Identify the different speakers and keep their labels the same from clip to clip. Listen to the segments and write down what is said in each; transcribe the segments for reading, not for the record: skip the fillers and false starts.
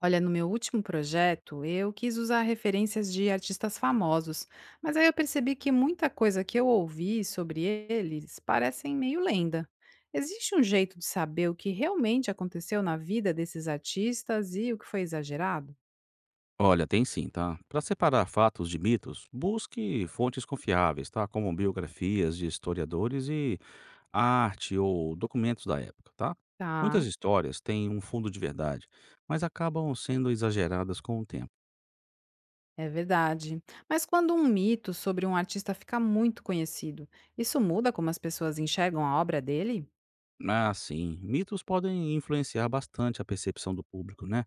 Speaker 1: Olha, no meu último projeto, eu quis usar referências de artistas famosos, mas aí eu percebi que muita coisa que eu ouvi sobre eles parecem meio lenda. Existe um jeito de saber o que realmente aconteceu na vida desses artistas e o que foi exagerado?
Speaker 2: Olha, tem sim, tá? Para separar fatos de mitos, busque fontes confiáveis, tá? Como biografias de historiadores e arte ou documentos da época, tá?
Speaker 1: Tá,
Speaker 2: Muitas histórias têm um fundo de verdade, mas acabam sendo exageradas com o tempo.
Speaker 1: é verdade. Mas quando um mito sobre um artista fica muito conhecido, isso muda como as pessoas enxergam a obra dele?
Speaker 2: Ah, sim, mitos podem influenciar bastante a percepção do público, né?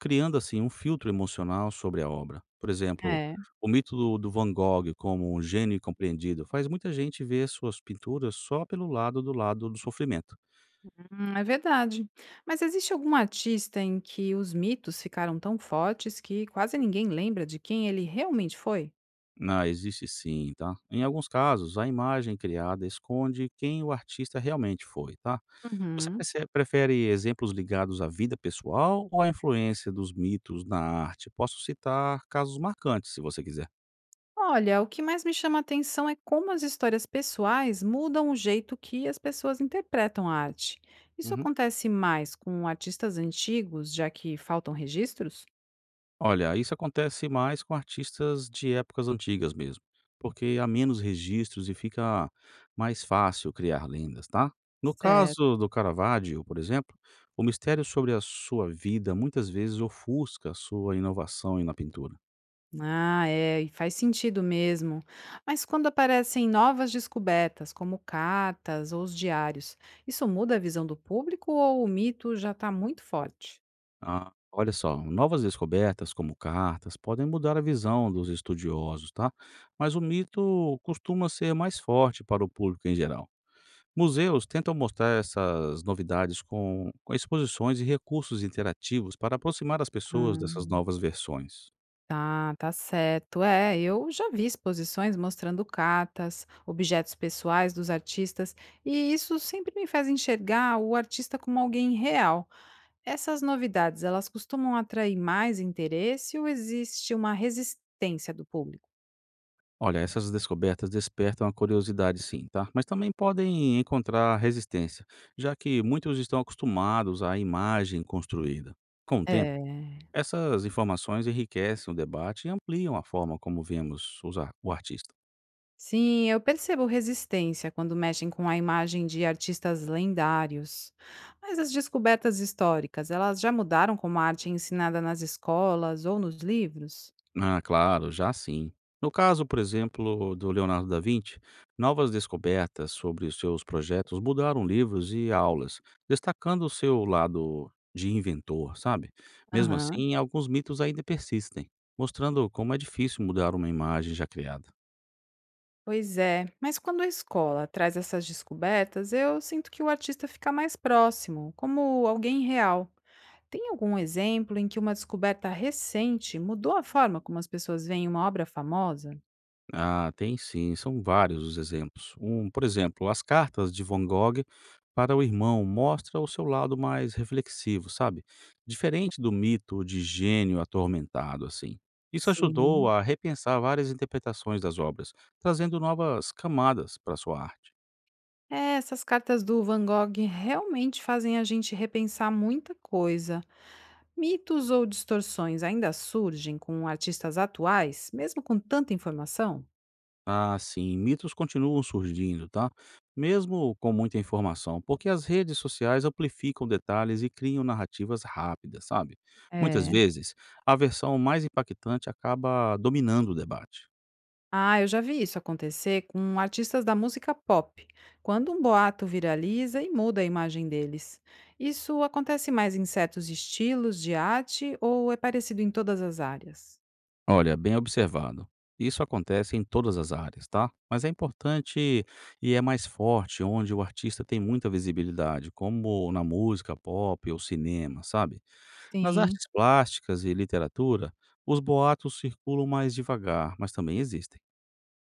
Speaker 2: Criando assim um filtro emocional sobre a obra. Por exemplo,
Speaker 1: É.
Speaker 2: o mito do Van Gogh como um gênio incompreendido faz muita gente ver suas pinturas só pelo lado do sofrimento.
Speaker 1: É verdade. Mas existe algum artista em que os mitos ficaram tão fortes que quase ninguém lembra de quem ele realmente foi?
Speaker 2: Ah, existe sim, tá? Em alguns casos, a imagem criada esconde quem o artista realmente foi, tá? Você
Speaker 1: Uhum.
Speaker 2: prefere exemplos ligados à vida pessoal ou à influência dos mitos na arte? Posso citar casos marcantes, se você quiser.
Speaker 1: Olha, o que mais me chama a atenção é como as histórias pessoais mudam o jeito que as pessoas interpretam a arte. Isso
Speaker 2: Uhum.
Speaker 1: acontece mais com artistas antigos, já que faltam registros?
Speaker 2: Olha, isso acontece mais com artistas de épocas antigas mesmo, porque há menos registros e fica mais fácil criar lendas, tá? No
Speaker 1: Certo.
Speaker 2: caso do Caravaggio, por exemplo, o mistério sobre a sua vida muitas vezes ofusca a sua inovação na pintura.
Speaker 1: Ah, é, e faz sentido mesmo. Mas quando aparecem novas descobertas, como cartas ou os diários, isso muda a visão do público ou o mito já está muito forte?
Speaker 2: Ah, olha só, novas descobertas como cartas podem mudar a visão dos estudiosos, tá? Mas o mito costuma ser mais forte para o público em geral. Museus tentam mostrar essas novidades com exposições e recursos interativos para aproximar as pessoas
Speaker 1: Ah,
Speaker 2: dessas novas versões.
Speaker 1: tá, tá certo. É, eu já vi exposições mostrando cartas, objetos pessoais dos artistas, e isso sempre me faz enxergar o artista como alguém real. Essas novidades, elas costumam atrair mais interesse ou existe uma resistência do público?
Speaker 2: Olha, essas descobertas despertam a curiosidade, sim, tá? Mas também podem encontrar resistência, já que muitos estão acostumados à imagem construída. Com o tempo,
Speaker 1: É.
Speaker 2: essas informações enriquecem o debate e ampliam a forma como vemos o artista.
Speaker 1: Sim, eu percebo resistência quando mexem com a imagem de artistas lendários. Mas as descobertas históricas, elas já mudaram como a arte é ensinada nas escolas ou nos livros?
Speaker 2: Ah, claro, já sim. No caso, por exemplo, do Leonardo da Vinci, novas descobertas sobre os seus projetos mudaram livros e aulas, destacando o seu lado de inventor, sabe? Mesmo
Speaker 1: Aham.
Speaker 2: assim, alguns mitos ainda persistem, mostrando como é difícil mudar uma imagem já criada.
Speaker 1: Pois é, mas quando a escola traz essas descobertas, eu sinto que o artista fica mais próximo, como alguém real. Tem algum exemplo em que uma descoberta recente mudou a forma como as pessoas veem uma obra famosa?
Speaker 2: Ah, tem sim, são vários os exemplos. Um, por exemplo, as cartas de Van Gogh para o irmão mostra o seu lado mais reflexivo, sabe? Diferente do mito de gênio atormentado assim. Isso ajudou
Speaker 1: Sim.
Speaker 2: a repensar várias interpretações das obras, trazendo novas camadas para sua arte.
Speaker 1: É, essas cartas do Van Gogh realmente fazem a gente repensar muita coisa. Mitos ou distorções ainda surgem com artistas atuais, mesmo com tanta informação?
Speaker 2: Ah, sim, mitos continuam surgindo, tá? Mesmo com muita informação, porque as redes sociais amplificam detalhes e criam narrativas rápidas, sabe? Muitas
Speaker 1: É.
Speaker 2: vezes, a versão mais impactante acaba dominando o debate.
Speaker 1: Ah, eu já vi isso acontecer com artistas da música pop, quando um boato viraliza e muda a imagem deles. Isso acontece mais em certos estilos de arte ou é parecido em todas as áreas?
Speaker 2: Olha, bem observado. Isso acontece em todas as áreas, tá? Mas é importante e é mais forte onde o artista tem muita visibilidade, como na música pop ou cinema, sabe? Nas
Speaker 1: Sim.
Speaker 2: artes plásticas e literatura, os boatos circulam mais devagar, mas também existem.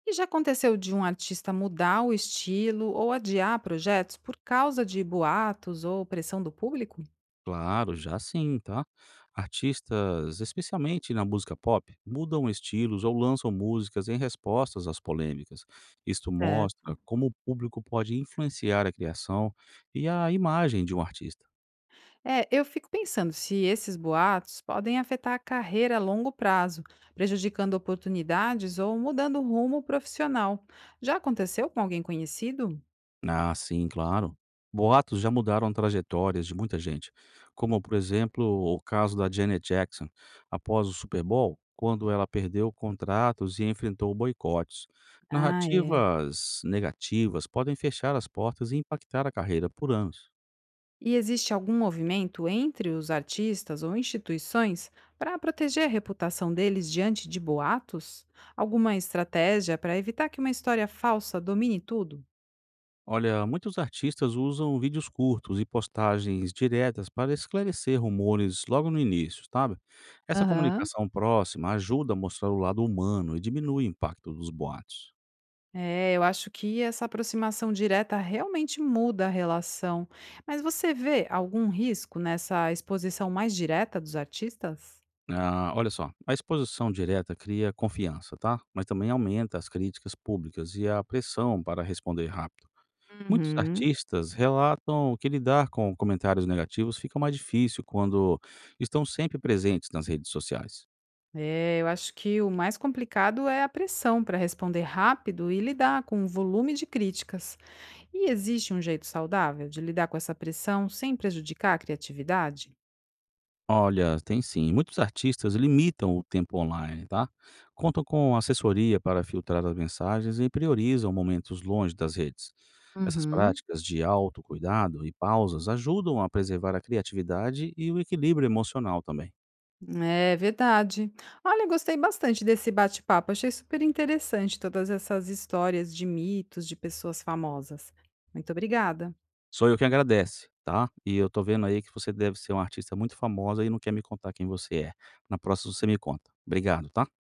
Speaker 1: E já aconteceu de um artista mudar o estilo ou adiar projetos por causa de boatos ou pressão do público?
Speaker 2: Claro, já sim, tá? Artistas, especialmente na música pop, mudam estilos ou lançam músicas em respostas às polêmicas. Isto
Speaker 1: É,
Speaker 2: mostra como o público pode influenciar a criação e a imagem de um artista.
Speaker 1: É, eu fico pensando se esses boatos podem afetar a carreira a longo prazo, prejudicando oportunidades ou mudando o rumo profissional. Já aconteceu com alguém conhecido?
Speaker 2: Ah, sim, claro. Boatos já mudaram trajetórias de muita gente, como, por exemplo, o caso da Janet Jackson, após o Super Bowl, quando ela perdeu contratos e enfrentou boicotes.
Speaker 1: Ah, é.
Speaker 2: Narrativas negativas podem fechar as portas e impactar a carreira por anos.
Speaker 1: E existe algum movimento entre os artistas ou instituições para proteger a reputação deles diante de boatos? Alguma estratégia para evitar que uma história falsa domine tudo?
Speaker 2: Olha, muitos artistas usam vídeos curtos e postagens diretas para esclarecer rumores logo no início, sabe? Essa
Speaker 1: Aham.
Speaker 2: comunicação próxima ajuda a mostrar o lado humano e diminui o impacto dos boatos.
Speaker 1: É, eu acho que essa aproximação direta realmente muda a relação. Mas você vê algum risco nessa exposição mais direta dos artistas?
Speaker 2: Ah, olha só, a exposição direta cria confiança, tá? Mas também aumenta as críticas públicas e a pressão para responder rápido. Muitos
Speaker 1: Uhum.
Speaker 2: artistas relatam que lidar com comentários negativos fica mais difícil quando estão sempre presentes nas redes sociais.
Speaker 1: É, eu acho que o mais complicado é a pressão para responder rápido e lidar com o volume de críticas. E existe um jeito saudável de lidar com essa pressão sem prejudicar a criatividade?
Speaker 2: Olha, tem sim. Muitos artistas limitam o tempo online, tá? Contam com assessoria para filtrar as mensagens e priorizam momentos longe das redes. Essas
Speaker 1: Uhum.
Speaker 2: práticas de autocuidado e pausas ajudam a preservar a criatividade e o equilíbrio emocional também.
Speaker 1: É verdade. Olha, gostei bastante desse bate-papo. Achei super interessante todas essas histórias de mitos de pessoas famosas. Muito obrigada.
Speaker 2: Sou eu quem agradece, tá? E eu tô vendo aí que você deve ser uma artista muito famosa e não quer me contar quem você é. Na próxima você me conta. Obrigado, tá?